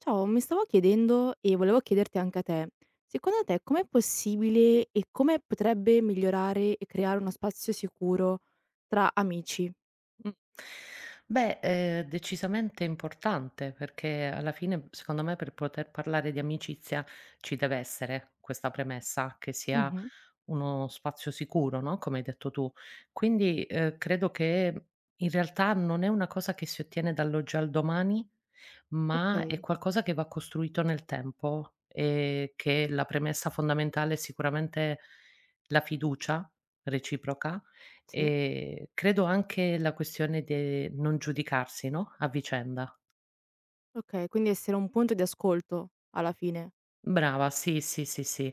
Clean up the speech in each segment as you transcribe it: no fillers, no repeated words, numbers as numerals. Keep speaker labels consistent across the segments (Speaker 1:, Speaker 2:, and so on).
Speaker 1: Ciao, mi stavo chiedendo e volevo chiederti anche a te, secondo te com'è possibile e come potrebbe migliorare e creare uno spazio sicuro tra amici?
Speaker 2: Mh. Beh, decisamente importante, perché alla fine, secondo me, per poter parlare di amicizia ci deve essere questa premessa, che sia
Speaker 1: Mh-mh.
Speaker 2: uno spazio sicuro, no, come hai detto tu. Quindi, credo che in realtà non è una cosa che si ottiene dall'oggi al domani, ma è
Speaker 1: Okay,
Speaker 2: qualcosa che va costruito nel tempo e che la premessa fondamentale è sicuramente la fiducia reciproca
Speaker 1: sì.
Speaker 2: e credo anche la questione de non giudicarsi, no, a vicenda.
Speaker 1: Okay, quindi essere un punto di ascolto alla fine.
Speaker 2: Brava, sì, sì, sì, sì.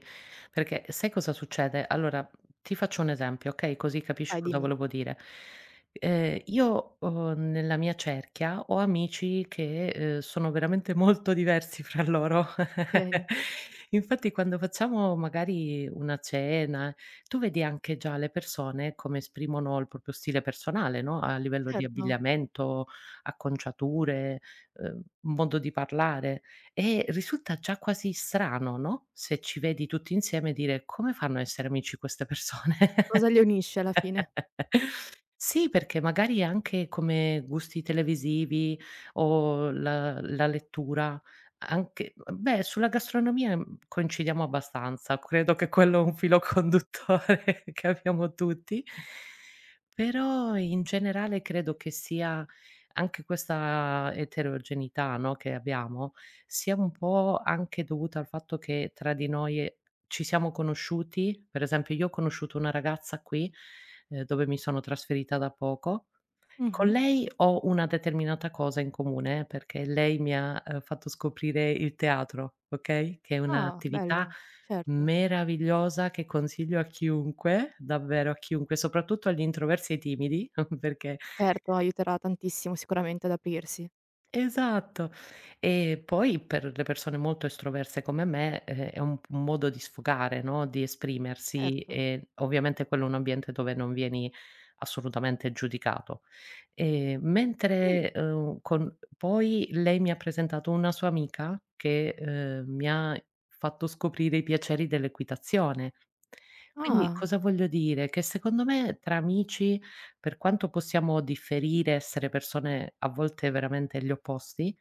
Speaker 2: Perché sai cosa succede? Allora, ti faccio un esempio, okay, così capisci
Speaker 1: Vai
Speaker 2: cosa
Speaker 1: dimmi.
Speaker 2: volevo dire. Io nella mia cerchia ho amici che, sono veramente molto diversi fra loro.
Speaker 1: Okay,
Speaker 2: Infatti quando facciamo magari una cena, tu vedi anche già le persone come esprimono il proprio stile personale, no, a livello di
Speaker 1: certo.
Speaker 2: abbigliamento, acconciature, modo di parlare. E risulta già quasi strano, no, se ci vedi tutti insieme dire: "Come fanno a essere amici queste persone?"
Speaker 1: Cosa li unisce alla fine.
Speaker 2: Sì, perché magari anche come gusti televisivi o la lettura, anche beh, sulla gastronomia, coincidiamo abbastanza. Credo che quello è
Speaker 1: Okay.
Speaker 2: un filo conduttore che abbiamo tutti. Però in generale credo che sia anche questa eterogeneità, no, che abbiamo, sia un po' anche dovuta al fatto che tra di noi ci siamo conosciuti, per esempio io ho conosciuto una ragazza qui, dove mi sono trasferita da poco. Con
Speaker 1: Mh-mh.
Speaker 2: lei ho una determinata cosa in comune, perché lei mi ha, fatto scoprire il teatro, okay, che è
Speaker 1: Ah,
Speaker 2: un'attività
Speaker 1: bello. Certo.
Speaker 2: meravigliosa che consiglio a chiunque, davvero a chiunque, soprattutto agli introversi e ai timidi, perché.
Speaker 1: Certo, aiuterà tantissimo sicuramente ad aprirsi.
Speaker 2: Esatto. E poi per le persone molto estroverse come me, è un modo di sfogare, no, di esprimersi
Speaker 1: Certo.
Speaker 2: e ovviamente quello è un ambiente dove non vieni assolutamente giudicato. Ehm,
Speaker 1: Mh.
Speaker 2: mentre, con poi lei mi ha presentato una sua amica che, mi ha fatto scoprire i piaceri dell'equitazione. Quindi
Speaker 1: Ah.
Speaker 2: cosa voglio dire? Che secondo me tra amici per quanto possiamo differire, essere persone a volte veramente gli opposti,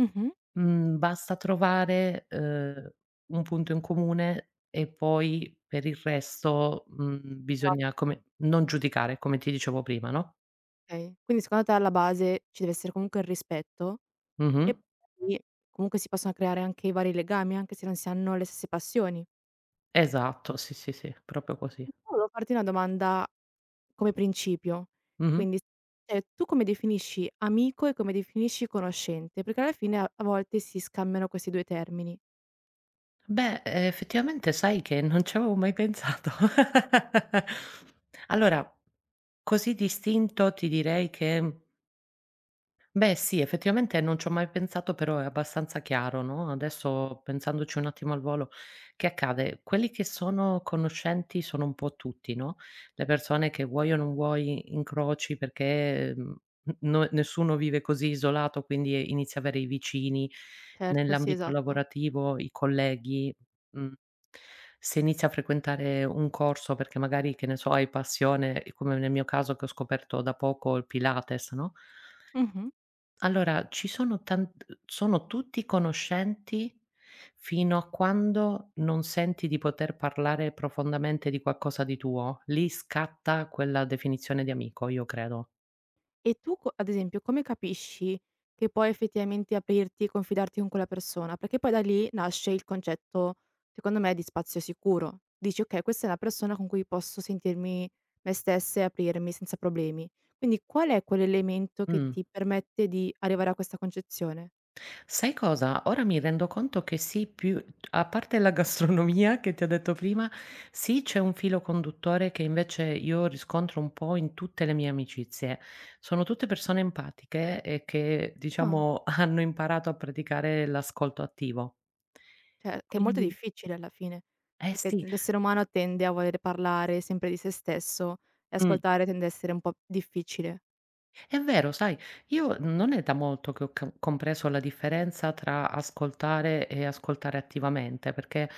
Speaker 1: Mh-mh.
Speaker 2: mhmm, basta trovare, un punto in comune e poi per il resto, bisogna come non giudicare, come ti dicevo prima, no.
Speaker 1: Okay, quindi secondo te alla base ci deve essere comunque il rispetto
Speaker 2: Mh-mh.
Speaker 1: e poi comunque si possono creare anche i vari legami, anche se non si hanno le stesse passioni.
Speaker 2: Esatto, sì, sì, sì, proprio così.
Speaker 1: Volevo farti una domanda come principio,
Speaker 2: Mh-mh.
Speaker 1: quindi cioè tu come definisci amico e come definisci conoscente? Perché alla fine a volte si scambiano questi 2 termini.
Speaker 2: Beh, effettivamente sai che non ci avevo mai pensato. Allora, così distinto ti direi che beh, sì, effettivamente non ci ho mai pensato, però è abbastanza chiaro, no, adesso pensandoci un attimo al volo, che accade? Quelli che sono conoscenti sono un po' tutti, no, le persone che vuoi o non vuoi incroci perché, n no nessuno vive così isolato, quindi inizi a avere i vicini,
Speaker 1: Certo, sì,
Speaker 2: nell'ambito
Speaker 1: esatto.
Speaker 2: lavorativo i colleghi, mhmm, se inizi a frequentare un corso perché magari, che ne so, hai passione, come nel mio caso che ho scoperto da poco il Pilates, no?
Speaker 1: Mh-mh.
Speaker 2: Allora, ci sono tan sono tutti conoscenti fino a quando non senti di poter parlare profondamente di qualcosa di tuo. Lì scatta quella definizione di amico, io credo.
Speaker 1: E tu co ad esempio, come capisci che puoi effettivamente aprirti e confidarti con quella persona? Perché poi da lì nasce il concetto, secondo me, di spazio sicuro. Dici: "Okay, questa è una persona con cui posso sentirmi me stessa e aprirmi senza problemi". Quindi qual è quell'elemento che
Speaker 2: Mh.
Speaker 1: ti permette di arrivare a questa concezione?
Speaker 2: Sai cosa? Ora mi rendo conto che sì, più a parte la gastronomia che ti ho detto prima, sì, c'è un filo conduttore che invece io riscontro un po' in tutte le mie amicizie. Sono tutte persone empatiche e che,
Speaker 1: Ah,
Speaker 2: diciamo, hanno imparato a praticare l'ascolto attivo.
Speaker 1: cioè che è molto
Speaker 2: Quindi
Speaker 1: difficile alla fine,
Speaker 2: eh
Speaker 1: perché
Speaker 2: sì,
Speaker 1: l'essere umano tende a voler parlare sempre di se stesso e
Speaker 2: mh.
Speaker 1: ascoltare tende a essere un po' difficile.
Speaker 2: È vero, sai, io non è da molto che ho co compreso la differenza tra ascoltare e ascoltare attivamente, perché,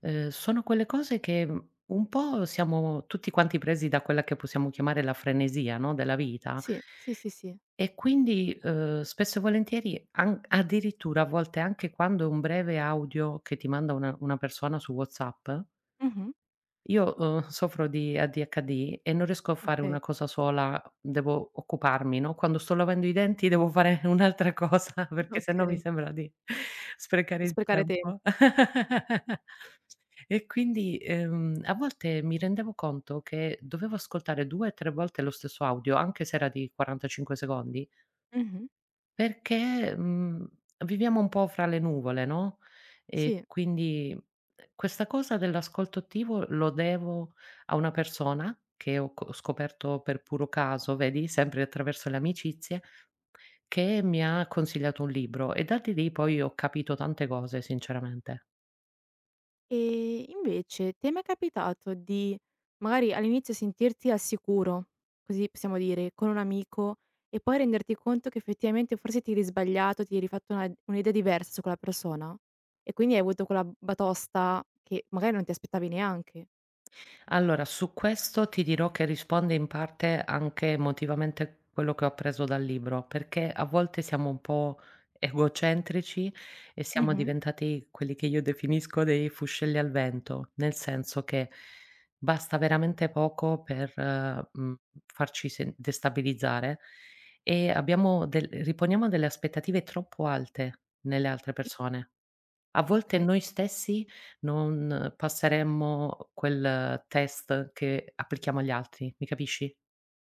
Speaker 2: sono quelle cose che, un po' siamo tutti quanti presi da quella che possiamo chiamare la frenesia, no, della vita
Speaker 1: Sì, sì, sì, sì.
Speaker 2: e quindi, spesso e volentieri an addirittura a volte anche quando è un breve audio che ti manda una persona su WhatsApp.
Speaker 1: Mh-mh,
Speaker 2: Io, soffro di ADHD e non riesco a fare
Speaker 1: okay.
Speaker 2: una cosa sola, devo occuparmi, no, quando sto lavando i denti devo fare un'altra cosa perché se no mi
Speaker 1: Okay,
Speaker 2: sembra di sprecare
Speaker 1: di
Speaker 2: il
Speaker 1: sprecare tem.
Speaker 2: tempo. E quindi, a volte mi rendevo conto che dovevo ascoltare 2, 3 volte lo stesso audio, anche se era di 45 secondi
Speaker 1: Mh-mh,
Speaker 2: perché, viviamo un po' fra le nuvole, no, e
Speaker 1: sì.
Speaker 2: quindi, questa cosa dell'ascolto attivo lo devo a una persona che ho co scoperto per puro caso, vedi, sempre attraverso le amicizie, che mi ha consigliato un libro e da di lì poi ho capito tante cose, sinceramente.
Speaker 1: E invece ti è mai capitato di, magari all'inizio sentirti al sicuro, così possiamo dire, con un amico e poi renderti conto che effettivamente forse ti eri sbagliato, ti eri fatto una un'idea diversa su quella persona e quindi hai avuto quella batosta che magari non ti aspettavi neanche?
Speaker 2: Allora, su questo ti dirò che risponde in parte anche emotivamente quello che ho appreso dal libro, perché a volte siamo un po' egocentrici e siamo
Speaker 1: Mh-mh.
Speaker 2: diventati quelli che io definisco dei fuscelli al vento, nel senso che basta veramente poco per destabilizzare e riponiamo delle aspettative troppo alte nelle altre persone. A volte
Speaker 1: Okay,
Speaker 2: noi stessi non passeremmo quel test che applichiamo agli altri, mi capisci?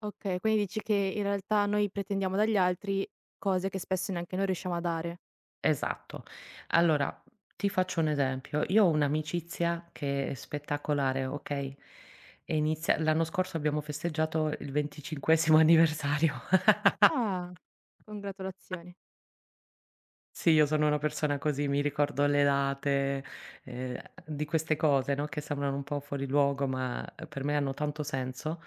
Speaker 1: okay, quindi dici che in realtà noi pretendiamo dagli altri cose che spesso neanche noi riusciamo a dare.
Speaker 2: Esatto. Allora, ti faccio un esempio: io ho un'amicizia che è spettacolare, okay, e inizia l'anno scorso abbiamo festeggiato il 25° anniversario.
Speaker 1: Ah. Congratulazioni.
Speaker 2: Sì, io sono una persona così, mi ricordo le date, ehm, di queste cose, no, che sembrano un po' fuori luogo, ma per me hanno tanto senso.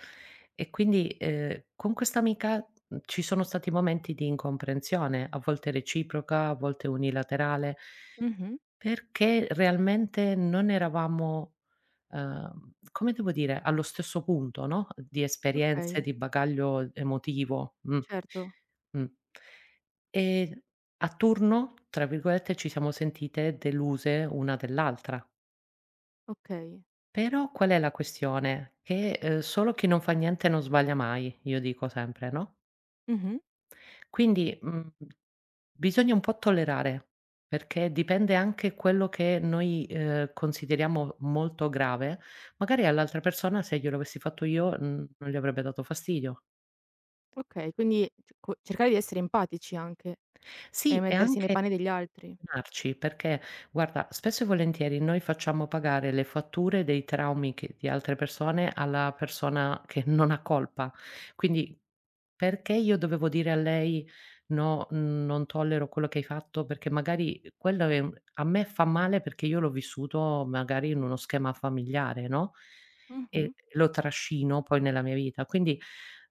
Speaker 2: E quindi, con questa amica, ci sono stati momenti di incomprensione, a volte reciproca, a volte unilaterale,
Speaker 1: Mh-mh.
Speaker 2: perché realmente non eravamo come devo dire, allo stesso punto, no, di esperienze,
Speaker 1: Okay,
Speaker 2: di bagaglio emotivo.
Speaker 1: certo,
Speaker 2: Mh. E a turno, tra virgolette, "ci siamo sentite deluse una dell'altra".
Speaker 1: okay.
Speaker 2: Però qual è la questione? Che, solo chi non fa niente non sbaglia mai, io dico sempre, no?
Speaker 1: Mh-mh.
Speaker 2: Quindi, bisogna un po' tollerare, perché dipende anche quello che noi, consideriamo molto grave, magari all'altra persona se glielo avessi fatto io, non gli avrebbe dato fastidio.
Speaker 1: Okay, quindi c co cercare di essere empatici anche e
Speaker 2: Sì, e
Speaker 1: mettersi nei
Speaker 2: anche
Speaker 1: panni degli altri.
Speaker 2: relazionarci, perché guarda, spesso e volentieri noi facciamo pagare le fatture dei traumi che di altre persone alla persona che non ha colpa. Quindi perché io dovevo dire a lei: "No, non tollero quello che hai fatto", perché magari quello è un a me fa male perché io l'ho vissuto magari in uno schema familiare, no,
Speaker 1: Mh-mh.
Speaker 2: e lo trascino poi nella mia vita. Quindi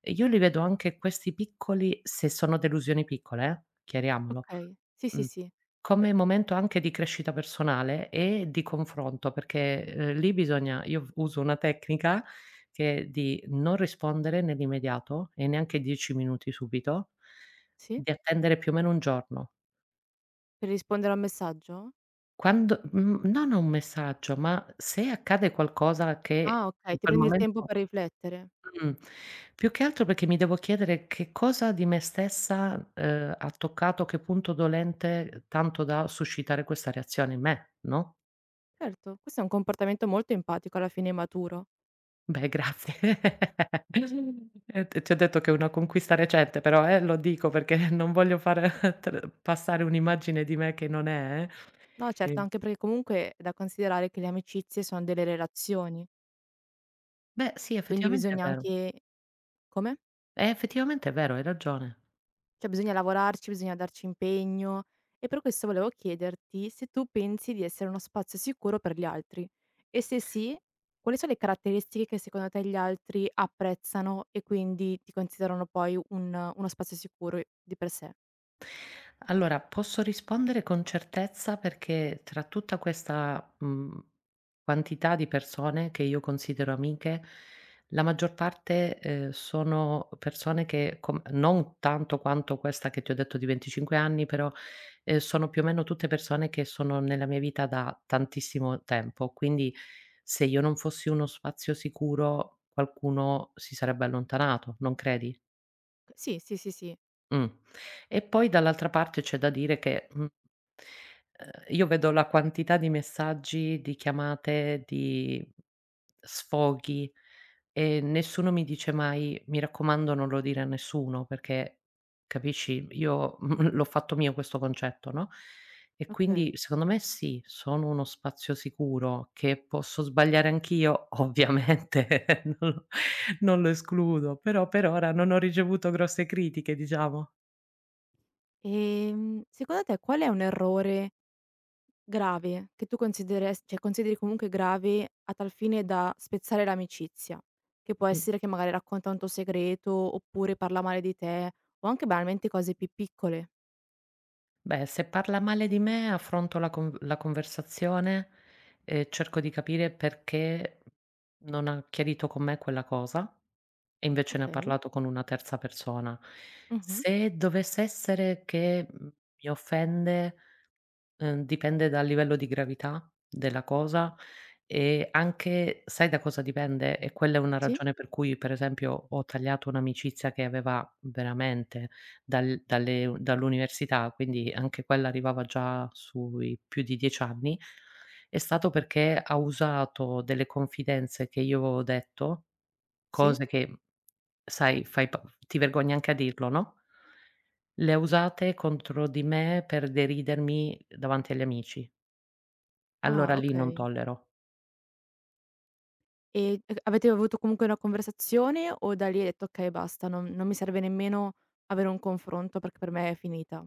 Speaker 2: io li vedo anche questi piccoli se sono delusioni piccole chiariamolo,
Speaker 1: Okay. Sì, sì,
Speaker 2: mh,
Speaker 1: sì.
Speaker 2: come momento anche di crescita personale e di confronto, perché, lì bisogna io uso una tecnica che è di non rispondere nell'immediato e neanche 10 minuti subito,
Speaker 1: Sì?
Speaker 2: di attendere più o meno 1 giorno.
Speaker 1: Per rispondere al messaggio?
Speaker 2: Quando non a un messaggio, ma se accade qualcosa che
Speaker 1: Ah, okay,
Speaker 2: in
Speaker 1: ti
Speaker 2: quel
Speaker 1: prendi il tempo
Speaker 2: momento.
Speaker 1: per riflettere.
Speaker 2: Mh. Più che altro perché mi devo chiedere che cosa di me stessa, ha toccato, che punto dolente, tanto da suscitare questa reazione in me, no?
Speaker 1: Certo, questo è un comportamento molto empatico alla fine e maturo.
Speaker 2: Beh, grazie. T ti ho detto che è una conquista recente, però, lo dico perché non voglio fare tr passare un'immagine di me che non è,
Speaker 1: No,
Speaker 2: eh.
Speaker 1: certo,
Speaker 2: Ehm,
Speaker 1: anche perché comunque è da considerare che le amicizie sono delle relazioni,
Speaker 2: beh, sì,
Speaker 1: quindi
Speaker 2: effettivamente è
Speaker 1: bisogna
Speaker 2: vero.
Speaker 1: anche come?
Speaker 2: Effettivamente è vero, hai ragione.
Speaker 1: Cioè bisogna lavorarci, bisogna darci impegno e per questo volevo chiederti se tu pensi di essere uno spazio sicuro per gli altri e se sì, quali sono le caratteristiche che secondo te gli altri apprezzano e quindi ti considerano poi un uno spazio sicuro di per sé?
Speaker 2: Allora, posso rispondere con certezza perché tra tutta questa, quantità di persone che io considero amiche, la maggior parte, sono persone che com non tanto quanto questa che ti ho detto di 25 anni, però, sono più o meno tutte persone che sono nella mia vita da tantissimo tempo. Quindi se io non fossi uno spazio sicuro, qualcuno si sarebbe allontanato, non credi?
Speaker 1: Sì, sì, sì, sì.
Speaker 2: Mh. E poi dall'altra parte c'è da dire che, ehm, io vedo la quantità di messaggi, di chiamate, di sfoghi e nessuno mi dice mai: "Mi raccomando non lo dire a nessuno", perché capisci, io l'ho fatto mio questo concetto, no? E quindi
Speaker 1: Okay.
Speaker 2: secondo me sì, sono uno spazio sicuro, che posso sbagliare anch'io, ovviamente non lo non lo escludo, però per ora non ho ricevuto grosse critiche, diciamo.
Speaker 1: Secondo te qual è un errore grave, che tu consideres cioè consideri comunque grave a tal fine da spezzare l'amicizia, che può
Speaker 2: Mh,
Speaker 1: essere che magari racconta un tuo segreto, oppure parla male di te, o anche banalmente cose più piccole.
Speaker 2: beh, se parla male di me affronto la conversazione e cerco di capire perché non ha chiarito con me quella cosa e invece ne ha
Speaker 1: Okay.
Speaker 2: parlato con una terza persona.
Speaker 1: Mh-mh.
Speaker 2: Se dovesse essere che, mi offende. Dipende dal livello di gravità della cosa e anche sai da cosa dipende? E quella è una
Speaker 1: Sì,
Speaker 2: ragione per cui, per esempio, ho tagliato un'amicizia che aveva veramente dal dalle u dall'università, quindi anche quella arrivava già sui più di 10 anni, è stato perché ha usato delle confidenze che io avevo detto.
Speaker 1: sì.
Speaker 2: Cose che, sai, fai pa ti vergogni anche a dirlo, no, le ha usate contro di me per deridermi davanti agli amici. Allora
Speaker 1: Ah,
Speaker 2: lì non
Speaker 1: okay.
Speaker 2: tollero.
Speaker 1: E avete avuto comunque una conversazione o da lì hai detto: "Okay basta, non non mi serve nemmeno avere un confronto perché per me è finita"?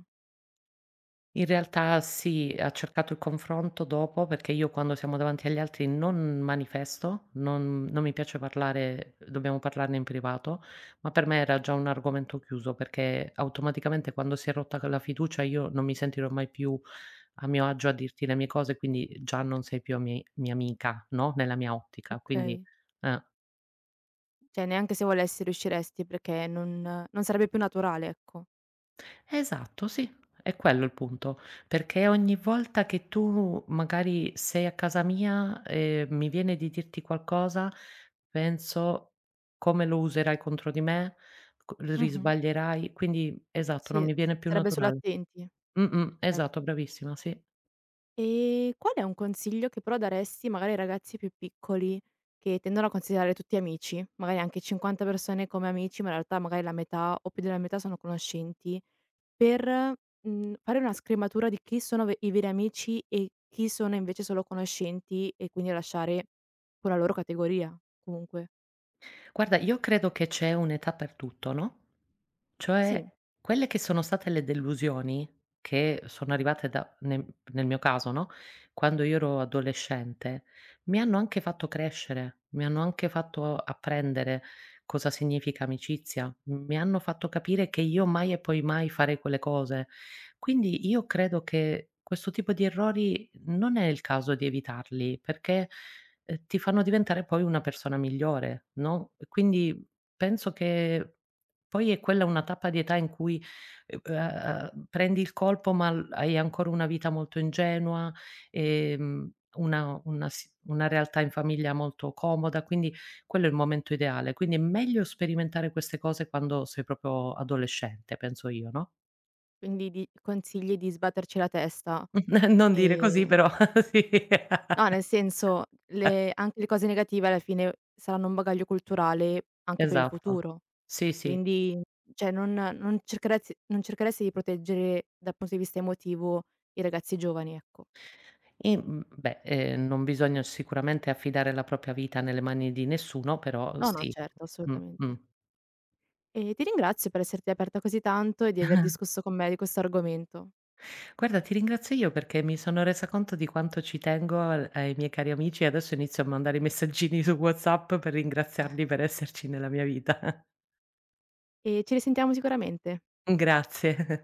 Speaker 2: In realtà sì, ha cercato il confronto dopo, perché io quando siamo davanti agli altri non manifesto, non mi piace parlare dobbiamo parlarne in privato, ma per me era già un argomento chiuso, perché automaticamente quando si è rotta quella fiducia io non mi sentirò mai più a mio agio a dirti le mie cose, quindi già non sei più a mi mia amica, no, nella mia ottica, quindi
Speaker 1: Okay.
Speaker 2: eh.
Speaker 1: Cioè neanche se volessi riusciresti perché non non sarebbe più naturale, ecco.
Speaker 2: Esatto, sì, è quello il punto, perché ogni volta che tu magari sei a casa mia e mi viene di dirti qualcosa, penso: "Come lo userai contro di me? Co
Speaker 1: Mh-mh.
Speaker 2: Risbaglierai", quindi esatto, non
Speaker 1: Sì,
Speaker 2: mi
Speaker 1: s
Speaker 2: viene più
Speaker 1: sarebbe
Speaker 2: naturale.
Speaker 1: sull'attenti,
Speaker 2: Mh-mh, esatto,
Speaker 1: certo.
Speaker 2: bravissima, sì.
Speaker 1: E qual è un consiglio che però daresti magari ai ragazzi più piccoli, che tendono a considerare tutti amici, magari anche 50 persone come amici, ma in realtà magari la metà o più della metà sono conoscenti, per, fare una scrematura di chi sono ve i veri amici e chi sono invece solo conoscenti e quindi lasciare quella loro categoria comunque.
Speaker 2: Guarda, io credo che c'è un'età per tutto, no, cioè
Speaker 1: Sì,
Speaker 2: quelle che sono state le delusioni che sono arrivate da nel nel mio caso, no, quando io ero adolescente, mi hanno anche fatto crescere, mi hanno anche fatto apprendere cosa significa amicizia, mi hanno fatto capire che io mai e poi mai farei quelle cose. Quindi io credo che questo tipo di errori non è il caso di evitarli, perché ti fanno diventare poi una persona migliore, no, quindi penso che poi è quella una tappa di età in cui, ehm, prendi il colpo ma l hai ancora una vita molto ingenua, ehm, una realtà in famiglia molto comoda, quindi quello è il momento ideale. Quindi è meglio sperimentare queste cose quando sei proprio adolescente, penso io, no?
Speaker 1: quindi di consigli di sbatterci la testa,
Speaker 2: Non dire così
Speaker 1: ehm
Speaker 2: però sì.
Speaker 1: no, nel senso, le anche le cose negative alla fine saranno un bagaglio culturale anche per il
Speaker 2: Esatto.
Speaker 1: futuro.
Speaker 2: Sì, sì.
Speaker 1: Quindi, cioè non cercheresti non cercheresti di proteggere dal punto di vista emotivo i ragazzi giovani, ecco.
Speaker 2: E, beh, non bisogna sicuramente affidare la propria vita nelle mani di nessuno, però
Speaker 1: No, no,
Speaker 2: sì.
Speaker 1: certo,
Speaker 2: Mh, mh.
Speaker 1: assolutamente. E ti ringrazio per esserti aperta così tanto e di aver discusso con me di questo argomento.
Speaker 2: Guarda, ti ringrazio io perché mi sono resa conto di quanto ci tengo al ai miei cari amici e adesso inizio a mandare i messaggini su WhatsApp per ringraziarli per esserci nella mia vita.
Speaker 1: E ci risentiamo sicuramente.
Speaker 2: Grazie.